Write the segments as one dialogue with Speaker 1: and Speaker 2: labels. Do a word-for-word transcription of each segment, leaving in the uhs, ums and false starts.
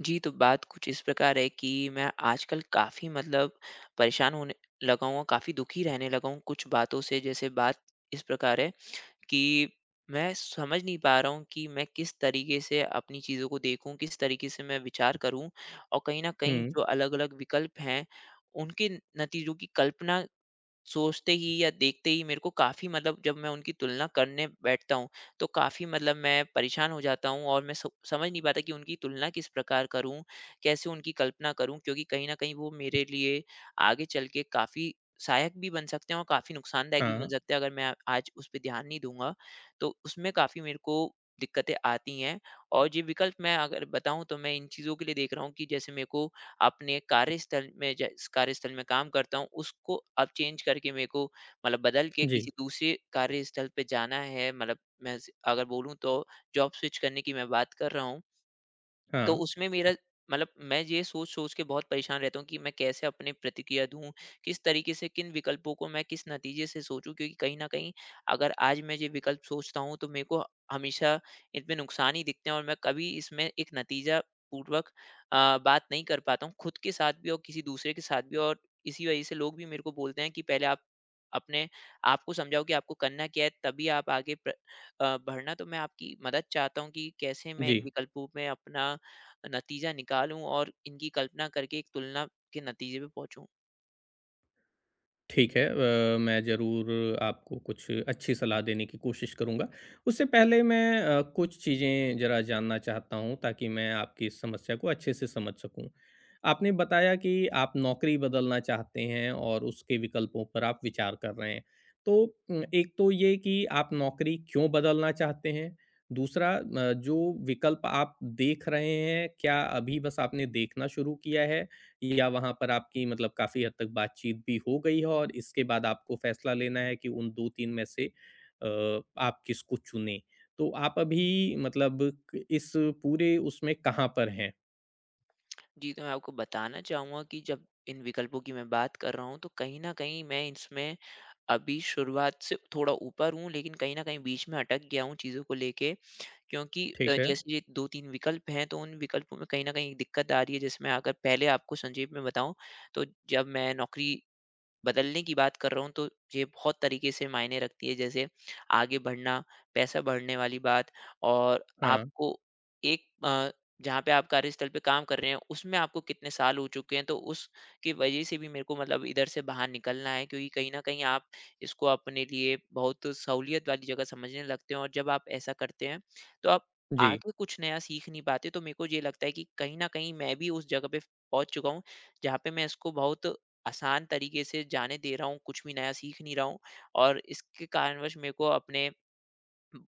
Speaker 1: जी, तो बात कुछ इस प्रकार है कि मैं आजकल काफ़ी मतलब परेशान होने लगा हूँ और काफ़ी दुखी रहने लगा हूँ कुछ बातों से। जैसे बात इस प्रकार है कि मैं समझ नहीं पा रहा हूँ कि मैं किस तरीके से अपनी चीज़ों को देखूँ, किस तरीके से मैं विचार करूँ और कहीं न कहीं
Speaker 2: हुँ,
Speaker 1: जो अलग-अलग विकल्प हैं, उनके नतीजों की कल्पना सोचते ही या देखते ही मेरे को काफ़ी मतलब जब मैं उनकी तुलना करने बैठता हूँ, तो काफ़ी मतलब मैं परेशान हो जाता हूँ और मैं स समझ नहीं पाता कि उनकी तुलना किस प्रकार करूँ? कैसे उनकी कल्पना करूँ? क्योंकि कहीं न कहीं वो मेरे लिए आगे चल के काफ़ी सहायक भी बन सकते हैं और काफ़ी नुकसानदायक भी बन
Speaker 2: हाँ,
Speaker 1: सकते हैं अगर मैं आ- आज उस पे ध्यान नहीं दूँगा। तो उसमें काफ़ी मेरे को दिक्कतें आती हैं और ये विकल्प मैं अगर बताऊँ तो मैं इन चीज़ों के लिए देख रहा हूँ कि जैसे मेरे को अपने कार्यस्थल में ज- जिस कार्यस्थल में काम करता हूँ उसको अब चेंज करके मेरे को मतलब बदल के
Speaker 2: जी,
Speaker 1: किसी दूसरे कार्यस्थल पे जाना है। मतलब मैं स- अगर बोलूँ तो जॉब स्विच करने की मैं बात कर रहा हूँ। तो
Speaker 2: हाँ,
Speaker 1: उसमें मेरा मतलब मैं ये सोच सोच के बहुत परेशान रहता हूँ कि मैं कैसे अपने प्रतिक्रिया दूं, किस तरीके से किन विकल्पों को मैं किस नतीजे से सोचूं, क्योंकि कहीं ना कहीं अगर आज मैं ये विकल्प सोचता हूँ तो मेरे को हमेशा इसमें नुकसान ही दिखते हैं और मैं कभी इसमें एक नतीजा पूर्वक अ, बात नहीं कर पाता हूँ, खुद के साथ भी और किसी दूसरे के साथ भी। और इसी वजह से लोग भी मेरे को बोलते हैं कि पहले आप अपने आपको समझाओ कि आपको करना क्या है, तभी आप आगे प्र- अ, बढ़ना। तो मैं आपकी मदद चाहता हूँ कि कैसे मैं
Speaker 2: जी,
Speaker 1: इन विकल्पों में अपना नतीजा निकालूँ और इनकी कल्पना करके एक तुलना के नतीजे पे पहुँचूँ।
Speaker 2: ठीक है। अ, मैं ज़रूर आपको कुछ अच्छी सलाह देने की कोशिश करूँगा। उससे पहले मैं अ, कुछ चीज़ें ज़रा जानना चाहता हूँ ताकि मैं आपकी इस समस्या को अच्छे से समझ सकूँ। आपने बताया कि आप नौकरी बदलना चाहते हैं और उसके विकल्पों पर आप विचार कर रहे हैं। तो उम, एक तो ये कि आप नौकरी क्यों बदलना चाहते हैं? दूसरा, अ, जो विकल्प आप देख रहे हैं, क्या अभी बस आपने देखना शुरू किया है या वहाँ पर आपकी मतलब काफ़ी हद तक बातचीत भी हो गई है और इसके बाद आपको फैसला लेना है कि उन दो तीन में से अ, आप किसको चुनें। तो आप अभी मतलब क इस पूरे उसमें कहाँ पर हैं?
Speaker 1: जी, तो मैं आपको बताना चाहूँगा कि जब इन विकल्पों की मैं बात कर रहा हूँ, तो कहीं न कहीं मैं इसमें अभी शुरुआत से थोड़ा ऊपर हूँ, लेकिन कहीं न कहीं बीच में अटक गया हूँ चीज़ों को लेके। क्योंकि अ,
Speaker 2: ठीक है।
Speaker 1: जैसे ये दो-तीन विकल्प हैं, तो उन विकल्पों में कहीं न कहीं एक दिक्कत आ रही है। जैसे मैं अगर पहले आपको संक्षेप में बताऊँ, तो जब मैं नौकरी बदलने की बात कर रहा हूँ तो ये बहुत तरीके से मायने रखती है। जैसे आगे बढ़ना, पैसा बढ़ने वाली बात और
Speaker 2: हाँ,
Speaker 1: आपको एक अ, जहाँ पे आप कार्यस्थल पे काम कर रहे हैं उसमें आपको कितने साल हो चुके हैं, तो उसकी वजह से भी मेरे को मतलब इधर से बाहर निकलना है। क्योंकि कहीं न कहीं आप इसको अपने लिए बहुत सहूलियत वाली जगह समझने लगते हैं, और जब आप ऐसा करते हैं तो आप
Speaker 2: जी।
Speaker 1: आगे कुछ नया सीख नहीं पाते। तो मेरे को ये लगता है कि कहीं न कहीं मैं भी उस जगह पे पहुँच चुका हूँ, जहाँ पे मैं इसको बहुत आसान तरीके से जाने दे रहा हूँ, कुछ भी नया सीख नहीं रहा हूँ और इसके कारणवश मेरे को अपने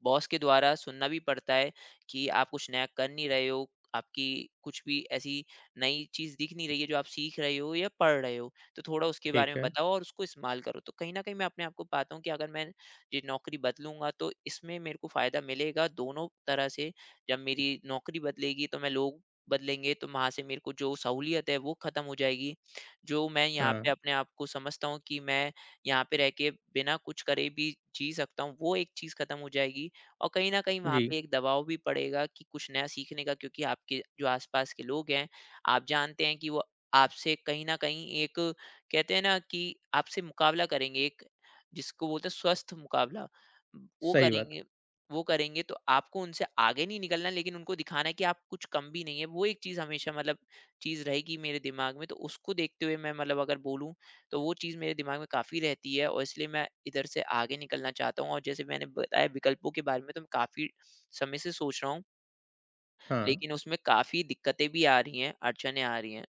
Speaker 1: बॉस के द्वारा सुनना भी पड़ता है कि आप कुछ नया कर नहीं रहे हो, आपकी कुछ भी ऐसी नई चीज़ दिख नहीं रही है जो आप सीख रहे हो या पढ़ रहे हो, तो थोड़ा उसके बारे
Speaker 2: ठीक
Speaker 1: में
Speaker 2: है।
Speaker 1: बताओ और उसको इस्तेमाल करो। तो कहीं न कहीं मैं अपने आप को पाता हूँ कि अगर मैं ये नौकरी बदलूँगा तो इसमें मेरे को फ़ायदा मिलेगा दोनों तरह से। जब मेरी नौकरी बदलेगी तो मैं लोग बदलेंगे, तो वहाँ से मेरे को जो सहूलियत है वो ख़त्म हो जाएगी। जो मैं यहाँ
Speaker 2: हाँ,
Speaker 1: पे अपने आप को समझता हूँ कि मैं यहाँ पे रह के बिना कुछ करे भी जी सकता हूँ, वो एक चीज़ खत्म हो जाएगी और कहीं न कहीं वहाँ
Speaker 2: जी।
Speaker 1: पे एक दबाव भी पड़ेगा कि कुछ नया सीखने का। क्योंकि आपके जो आस-पास के लोग हैं, आप जानते हैं कि वो आपसे कहीं न कहीं एक, कहते हैं ना कि आपसे मुकाबला करेंगे, एक जिसको बोलते हैं स्वस्थ मुकाबला। वो
Speaker 2: सही बात।
Speaker 1: करेंगे वो करेंगे तो आपको उनसे आगे नहीं निकलना, लेकिन उनको दिखाना है कि आप कुछ कम भी नहीं है। वो एक चीज़ हमेशा मतलब चीज़ रहेगी मेरे दिमाग में, तो उसको देखते हुए मैं, मतलब अगर बोलूँ तो वो चीज़ मेरे दिमाग में काफ़ी रहती है और इसलिए मैं इधर से आगे निकलना चाहता हूँ। और जैसे मैंने बताया विकल्पों के बारे में, तो मैं काफ़ी समय से सोच रहा हूँ,
Speaker 2: हाँ।
Speaker 1: लेकिन उसमें काफ़ी दिक्कतें भी आ रही हैं, अड़चनें आ रही हैं।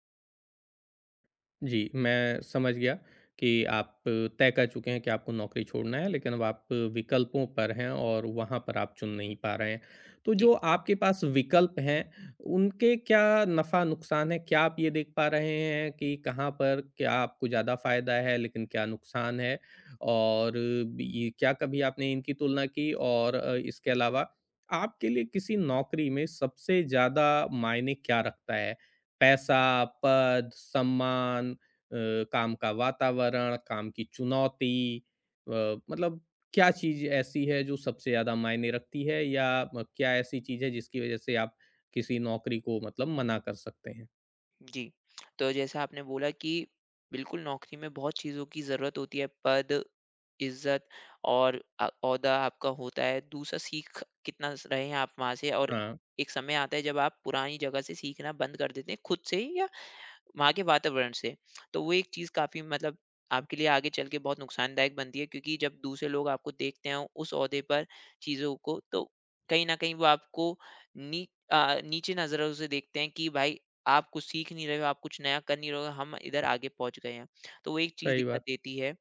Speaker 2: जी, मैं समझ गया कि आप तय कर चुके हैं कि आपको नौकरी छोड़ना है, लेकिन अब आप विकल्पों पर हैं और वहाँ पर आप चुन नहीं पा रहे हैं। तो
Speaker 1: जी।
Speaker 2: जो आपके पास विकल्प हैं, उनके क्या नफ़ा-नुकसान है? क्या आप ये देख पा रहे हैं कि कहाँ पर क्या आपको ज़्यादा फ़ायदा है, लेकिन क्या नुकसान है? और बी क्या कभी आपने इनकी तुलना की? और अ, इसके अलावा आपके लिए किसी नौकरी में सबसे ज़्यादा मायने क्या रखता है? पैसा, पद, सम्मान, अ, काम का वातावरण, काम की चुनौती, अ, मतलब क्या चीज़ ऐसी है जो सबसे ज़्यादा मायने रखती है या म क्या ऐसी चीज़ है जिसकी वज़ह से आप किसी नौकरी को मतलब मना कर सकते हैं?
Speaker 1: जी। तो जैसा आपने बोला कि बिल्कुल नौकरी में बहुत चीज़ों की ज़रूरत होती है, पद, इज़्ज़त और अ, ओहदा आपका होता है। दूसरा, सीख कितना स रहे हैं आप वहाँ से, और
Speaker 2: हाँ,
Speaker 1: एक समय आता है जब आप पुरानी जगह से सीखना बंद कर देते हैं खुद से ही या वहाँ के वातावरण से। तो वो एक चीज़ काफ़ी मतलब आपके लिए आगे चल के बहुत नुकसानदायक बनती है, क्योंकि जब दूसरे लोग आपको देखते हैं उस ओहदे पर चीज़ों को, तो कहीं न कहीं वो आपको नी अ, नीचे नज़रों से देखते हैं कि भाई आप कुछ सीख नहीं रहे हो, आप कुछ नया कर नहीं रहे हो, हम इधर आगे पहुँच गए हैं। तो वो एक चीज़
Speaker 2: सही
Speaker 1: दिक्कत
Speaker 2: बात।
Speaker 1: देती है।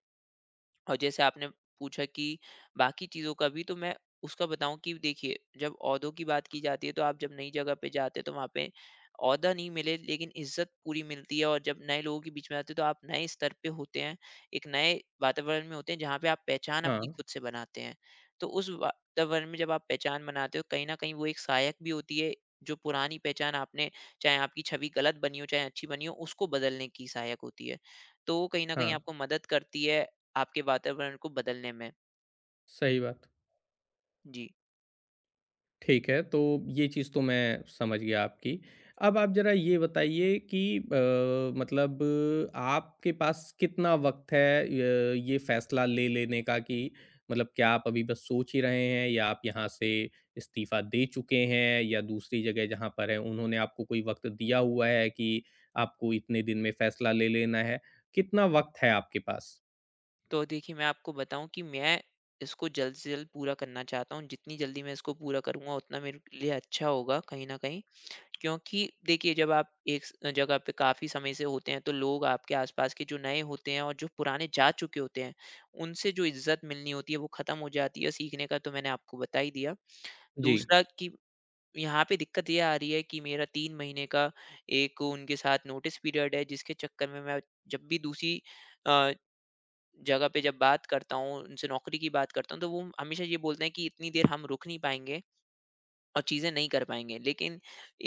Speaker 1: और जैसे आपने पूछा कि बाकी चीज़ों का भी, तो मैं उसका बताऊँ कि देखिए जब ओहदों की बात की जाती है तो आप जब नई जगह पे जाते हो तो वहाँ पे ओहदा नहीं मिले लेकिन इज्जत पूरी मिलती है, और जब नए लोगों के बीच में आते हो तो आप नए स्तर पे होते हैं, एक नए वातावरण में होते हैं जहाँ पे आप पहचान
Speaker 2: हाँ,
Speaker 1: अपनी खुद से बनाते हैं। तो उस वातावरण में जब आप पहचान बनाते हो, कहीं ना कहीं वो एक सहायक भी होती है। जो पुरानी पहचान आपने, चाहे आपकी छवि गलत बनी हो चाहे अच्छी बनी हो, उसको बदलने की सहायक होती है। तो वो कहीं ना कहीं
Speaker 2: हाँ,
Speaker 1: आपको मदद करती है आपके वातावरण को बदलने में।
Speaker 2: सही बात।
Speaker 1: जी,
Speaker 2: ठीक है, तो ये चीज़ तो मैं समझ गया आपकी। अब आप ज़रा ये बताइए कि अ, मतलब आपके पास कितना वक़्त है य ये फ़ैसला ले लेने का कि मतलब क्या आप अभी बस सोच ही रहे हैं या आप यहाँ से इस्तीफ़ा दे चुके हैं या दूसरी जगह जहाँ पर हैं, उन्होंने आपको कोई वक़्त दिया हुआ है कि आपको इतने दिन में फ़ैसला ले लेना है? कितना वक़्त है आपके पास?
Speaker 1: तो देखिए मैं आपको बताऊँ कि मैं इसको जल्द से जल्द पूरा करना चाहता हूँ। जितनी जल्दी मैं इसको पूरा करूँगा, उतना मेरे लिए अच्छा होगा, कहीं न कहीं। क्योंकि देखिए जब आप एक स जगह पे काफ़ी समय से होते हैं तो लोग आपके आस-पास के जो नए होते हैं और जो पुराने जा चुके होते हैं, उनसे जो इज़्ज़त मिलनी होती है वो ख़त्म हो जाती है। सीखने का तो मैंने आपको बता ही दिया।
Speaker 2: जी।
Speaker 1: दूसरा कि यहाँ पे दिक्कत ये आ रही है कि मेरा तीन महीने का एक उनके साथ नोटिस पीरियड है, जिसके चक्कर में मैं जब भी दूसरी अ, जगह पे जब बात करता हूँ, उनसे नौकरी की बात करता हूँ, तो वो हमेशा ये बोलते हैं कि इतनी देर हम रुक नहीं पाएँगे। और चीज़ें नहीं कर पाएँगे। लेकिन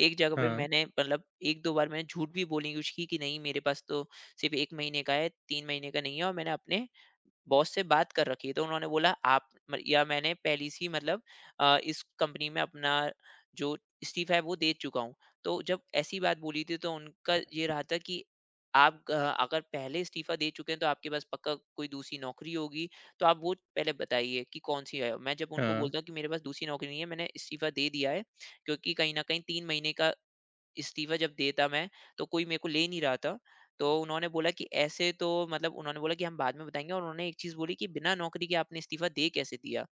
Speaker 1: एक जगह पे
Speaker 2: हाँ,
Speaker 1: मैंने, मतलब एक-दो बार मैंने झूठ भी बोलने की कोशिश की कि नहीं मेरे पास तो सिर्फ़ एक महीने का है, तीन महीने का नहीं है और मैंने अपने बॉस से बात कर रखी है। तो उन्होंने बोला आप म, या मैंने पहले से ही मतलब अ, इस कंपनी में अपना जो इस्तीफ़ा है वो दे चुका हूँ। तो जब ऐसी बात बोली थी तो उनका ये रहा था कि आप अ, अगर पहले इस्तीफ़ा दे चुके हैं तो आपके पास पक्का कोई दूसरी नौकरी होगी, तो आप वो पहले बताइए कि कौन-सी है? मैं जब उनको
Speaker 2: हाँ।
Speaker 1: बोलता हूँ कि मेरे पास दूसरी नौकरी नहीं है, मैंने इस्तीफ़ा दे दिया है, क्योंकि कहीं न कहीं तीन महीने का इस्तीफ़ा जब देता मैं, तो कोई मेरे को ले नहीं रहा था। तो उन्होंने बोला कि ऐसे तो, मतलब उन्होंने बोला कि हम बाद में बताएँगे, और उन्होंने एक चीज़ बोली कि बिना नौकरी के आपने इस्तीफ़ा दे कैसे दिया?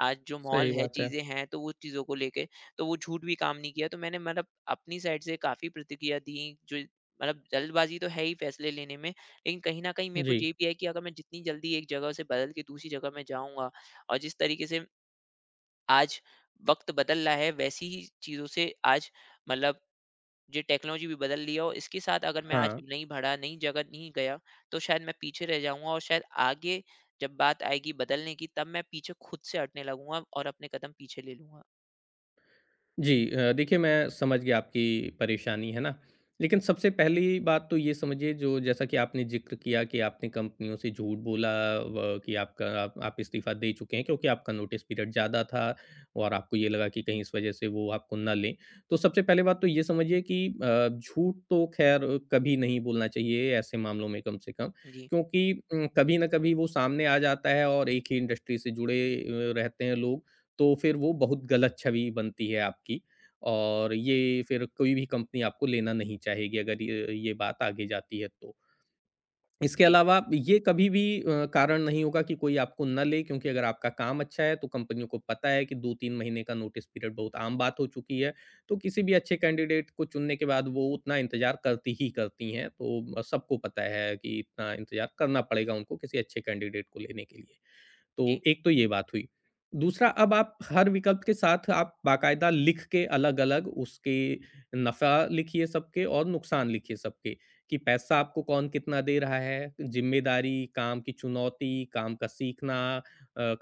Speaker 1: आज जो माहौल
Speaker 2: सही
Speaker 1: है,
Speaker 2: बात है।
Speaker 1: चीज़ें हैं, तो वो चीज़ों को लेके, तो वो झूठ भी काम नहीं किया। तो मैंने, मतलब अपनी साइड से काफ़ी प्रतिक्रिया दी, जो, मतलब जल्दबाज़ी तो है ही फैसले लेने में, लेकिन कहीं न कहीं मेरे को
Speaker 2: जी,
Speaker 1: ये भी है कि अगर मैं जितनी जल्दी एक जगह से बदल के दूसरी जगह में जाऊँगा, और जिस तरीके से आज वक़्त बदल रहा है, वैसी ही चीज़ों से आज, मतलब जी, टेक्नोलॉजी भी बदल ली है और इसके साथ अगर मैं आज
Speaker 2: हाँ।
Speaker 1: नहीं बढ़ा, नई जगह नहीं गया, तो शायद मैं पीछे रह जाऊँगा और शायद आगे जब बात आएगी बदलने की, तब मैं पीछे खुद से हटने लगूँगा और अपने कदम पीछे ले लूँगा।
Speaker 2: जी, अ, देखिए मैं समझ गया आपकी परेशानी है ना। लेकिन सबसे पहली बात तो ये समझिए जो जैसा कि आपने ज़िक्र किया कि आपने कंपनियों से झूठ बोला व कि आपका आप आप इस्तीफ़ा दे चुके हैं क्योंकि आपका नोटिस पीरियड ज़्यादा था और आपको ये लगा कि कहीं इस वज़ह से वो आपको ना लें। तो सबसे पहली बात तो ये समझिए कि अ, झूठ तो ख़ैर कभी नहीं बोलना चाहिए ऐसे मामलों में कम से कम
Speaker 1: जी।
Speaker 2: क्योंकि उम, कभी न कभी वो सामने आ जाता है और एक ही इंडस्ट्री से जुड़े अ, रहते हैं लोग। तो फिर वो बहुत गलत छवि बनती है आपकी और ये फिर कोई भी कंपनी आपको लेना नहीं चाहेगी अगर ये ये बात आगे जाती है तो। इसके
Speaker 1: जी।
Speaker 2: अलावा ये कभी भी अ, कारण नहीं होगा कि कोई आपको ना ले क्योंकि अगर आपका काम अच्छा है तो कंपनियों को पता है कि दो तीन महीने का नोटिस पीरियड बहुत आम बात हो चुकी है। तो किसी भी अच्छे कैंडिडेट को चुनने के बाद वो उतना इंतज़ार करती ही करती हैं। तो सबको पता है कि इतना इंतज़ार करना पड़ेगा उनको किसी अच्छे कैंडिडेट को लेने के लिए। तो
Speaker 1: जी।
Speaker 2: एक तो ये बात हुई। दूसरा, अब आप हर विकल्प के साथ आप बाकायदा लिख के अलग-अलग उसके नफ़ा लिखिए सबके और नुकसान लिखिए सबके, कि पैसा आपको कौन कितना दे रहा है, ज़िम्मेदारी, काम की चुनौती, काम का सीखना, अ,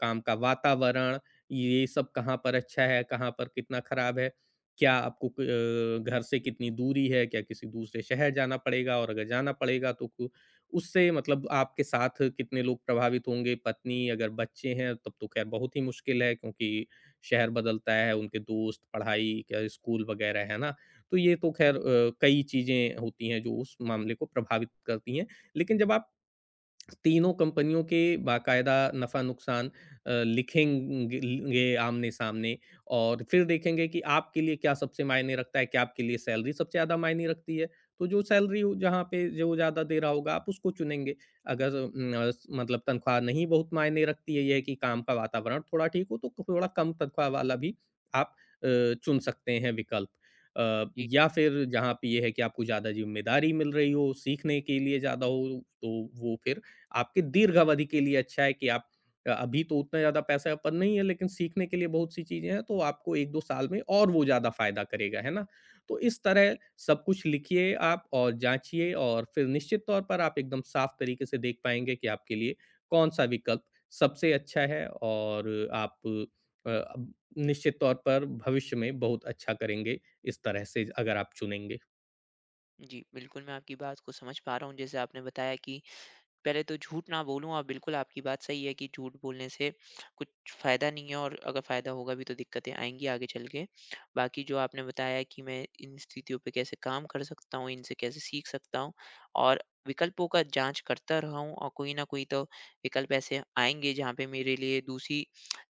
Speaker 2: काम का वातावरण, ये सब कहाँ पर अच्छा है, कहाँ पर कितना ख़राब है। क्या आपको क अ, घर से कितनी दूरी है, क्या किसी दूसरे शहर जाना पड़ेगा और अगर जाना पड़ेगा तो कु उससे मतलब आपके साथ कितने लोग प्रभावित होंगे? पत्नी, अगर बच्चे हैं तब तो ख़ैर बहुत ही मुश्किल है क्योंकि शहर बदलता है, उनके दोस्त, पढ़ाई, क्या स्कूल वग़ैरह, है ना? तो ये तो ख़ैर
Speaker 1: जी।
Speaker 2: अ, कई चीज़ें होती हैं जो उस मामले को प्रभावित करती हैं। लेकिन जब आप तीनों कंपनियों के बाकायदा नफ़ा-नुकसान अ, लिखेंग गे आमने-सामने और फिर देखेंगे कि आपके लिए क्या सबसे मायने रखता है, क्या आपके लिए सैलरी सबसे ज़्यादा मायने रखती है। तो जो सैलरी जहाँ पे जो ज़्यादा दे रहा होगा आप उसको चुनेंगे। अगर अम, अ, स- मतलब तनख्वाह नहीं बहुत मायने रखती है, ये है कि काम का वातावरण थोड़ा ठीक हो तो थोड़ा कम तनख्वाह वाला भी आप अ, चुन सकते हैं विकल्प। अ,
Speaker 1: जी।
Speaker 2: या फिर जहाँ पे ये है कि आपको ज़्यादा ज़िम्मेदारी मिल रही हो, सीखने के लिए ज़्यादा हो तो वो फिर आपके दीर्घ अवधि के लिए अच्छा है कि आप अ, अभी तो उतना ज़्यादा पैसा अपन नहीं है लेकिन सीखने के लिए बहुत सी चीज़ें हैं तो आपको एक दो साल में और वो ज़्यादा फ़ायदा करेगा, है ना? तो इस तरह
Speaker 1: जी।
Speaker 2: सब कुछ लिखिए आप और जाँचिए और फिर निश्चित तौर पर आप एकदम साफ तरीके से देख पाएँगे कि आपके लिए कौन-सा विकल्प सबसे अच्छा है और आप, अ, अब निश्चित तौर पर भविष्य में बहुत अच्छा करेंगे इस तरह से अगर आप चुनेंगे।
Speaker 1: जी, बिल्कुल, मैं आपकी बात को समझ पा रहा हूँ। जैसे आपने बताया कि पहले तो झूठ ना बोलूँ, और बिल्कुल आपकी बात सही है कि झूठ बोलने से कुछ फ़ायदा नहीं है, और अगर फ़ायदा होगा भी तो दिक्कतें आएँगी आगे चल के। बाकी जो आपने बताया कि मैं इन स्थितियों पे कैसे काम कर सकता हूँ, इनसे कैसे सीख सकता हूँ, और विकल्पों का जाँच करता रहा हूँ, और कोई ना कोई तो विकल्प ऐसे आएँगे जहाँ पे मेरे लिए दूसरी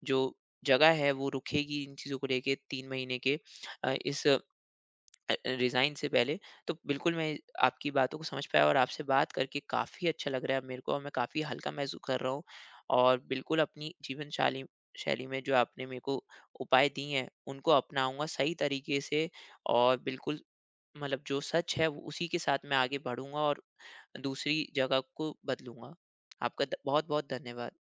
Speaker 1: जो जगह है वो रुकेगी इन चीज़ों को लेके, तीन महीने के अ, इस अ, रिज़ाइन से पहले। तो बिल्कुल मैं आपकी बातों को समझ पाया और आपसे बात करके काफ़ी अच्छा लग रहा है मेरे को, और मैं काफ़ी हल्का महसूस कर रहा हूँ। और बिल्कुल अपनी जीवन शाली शैली में जो आपने मेरे को उपाय दिए हैं, उनको अपनाऊँगा सही तरीके से, और बिल्कुल मतलब जो सच है वो उसी के साथ मैं आगे बढ़ूँगा और दूसरी जगह को बदलूँगा। आपका ध बहुत-बहुत धन्यवाद।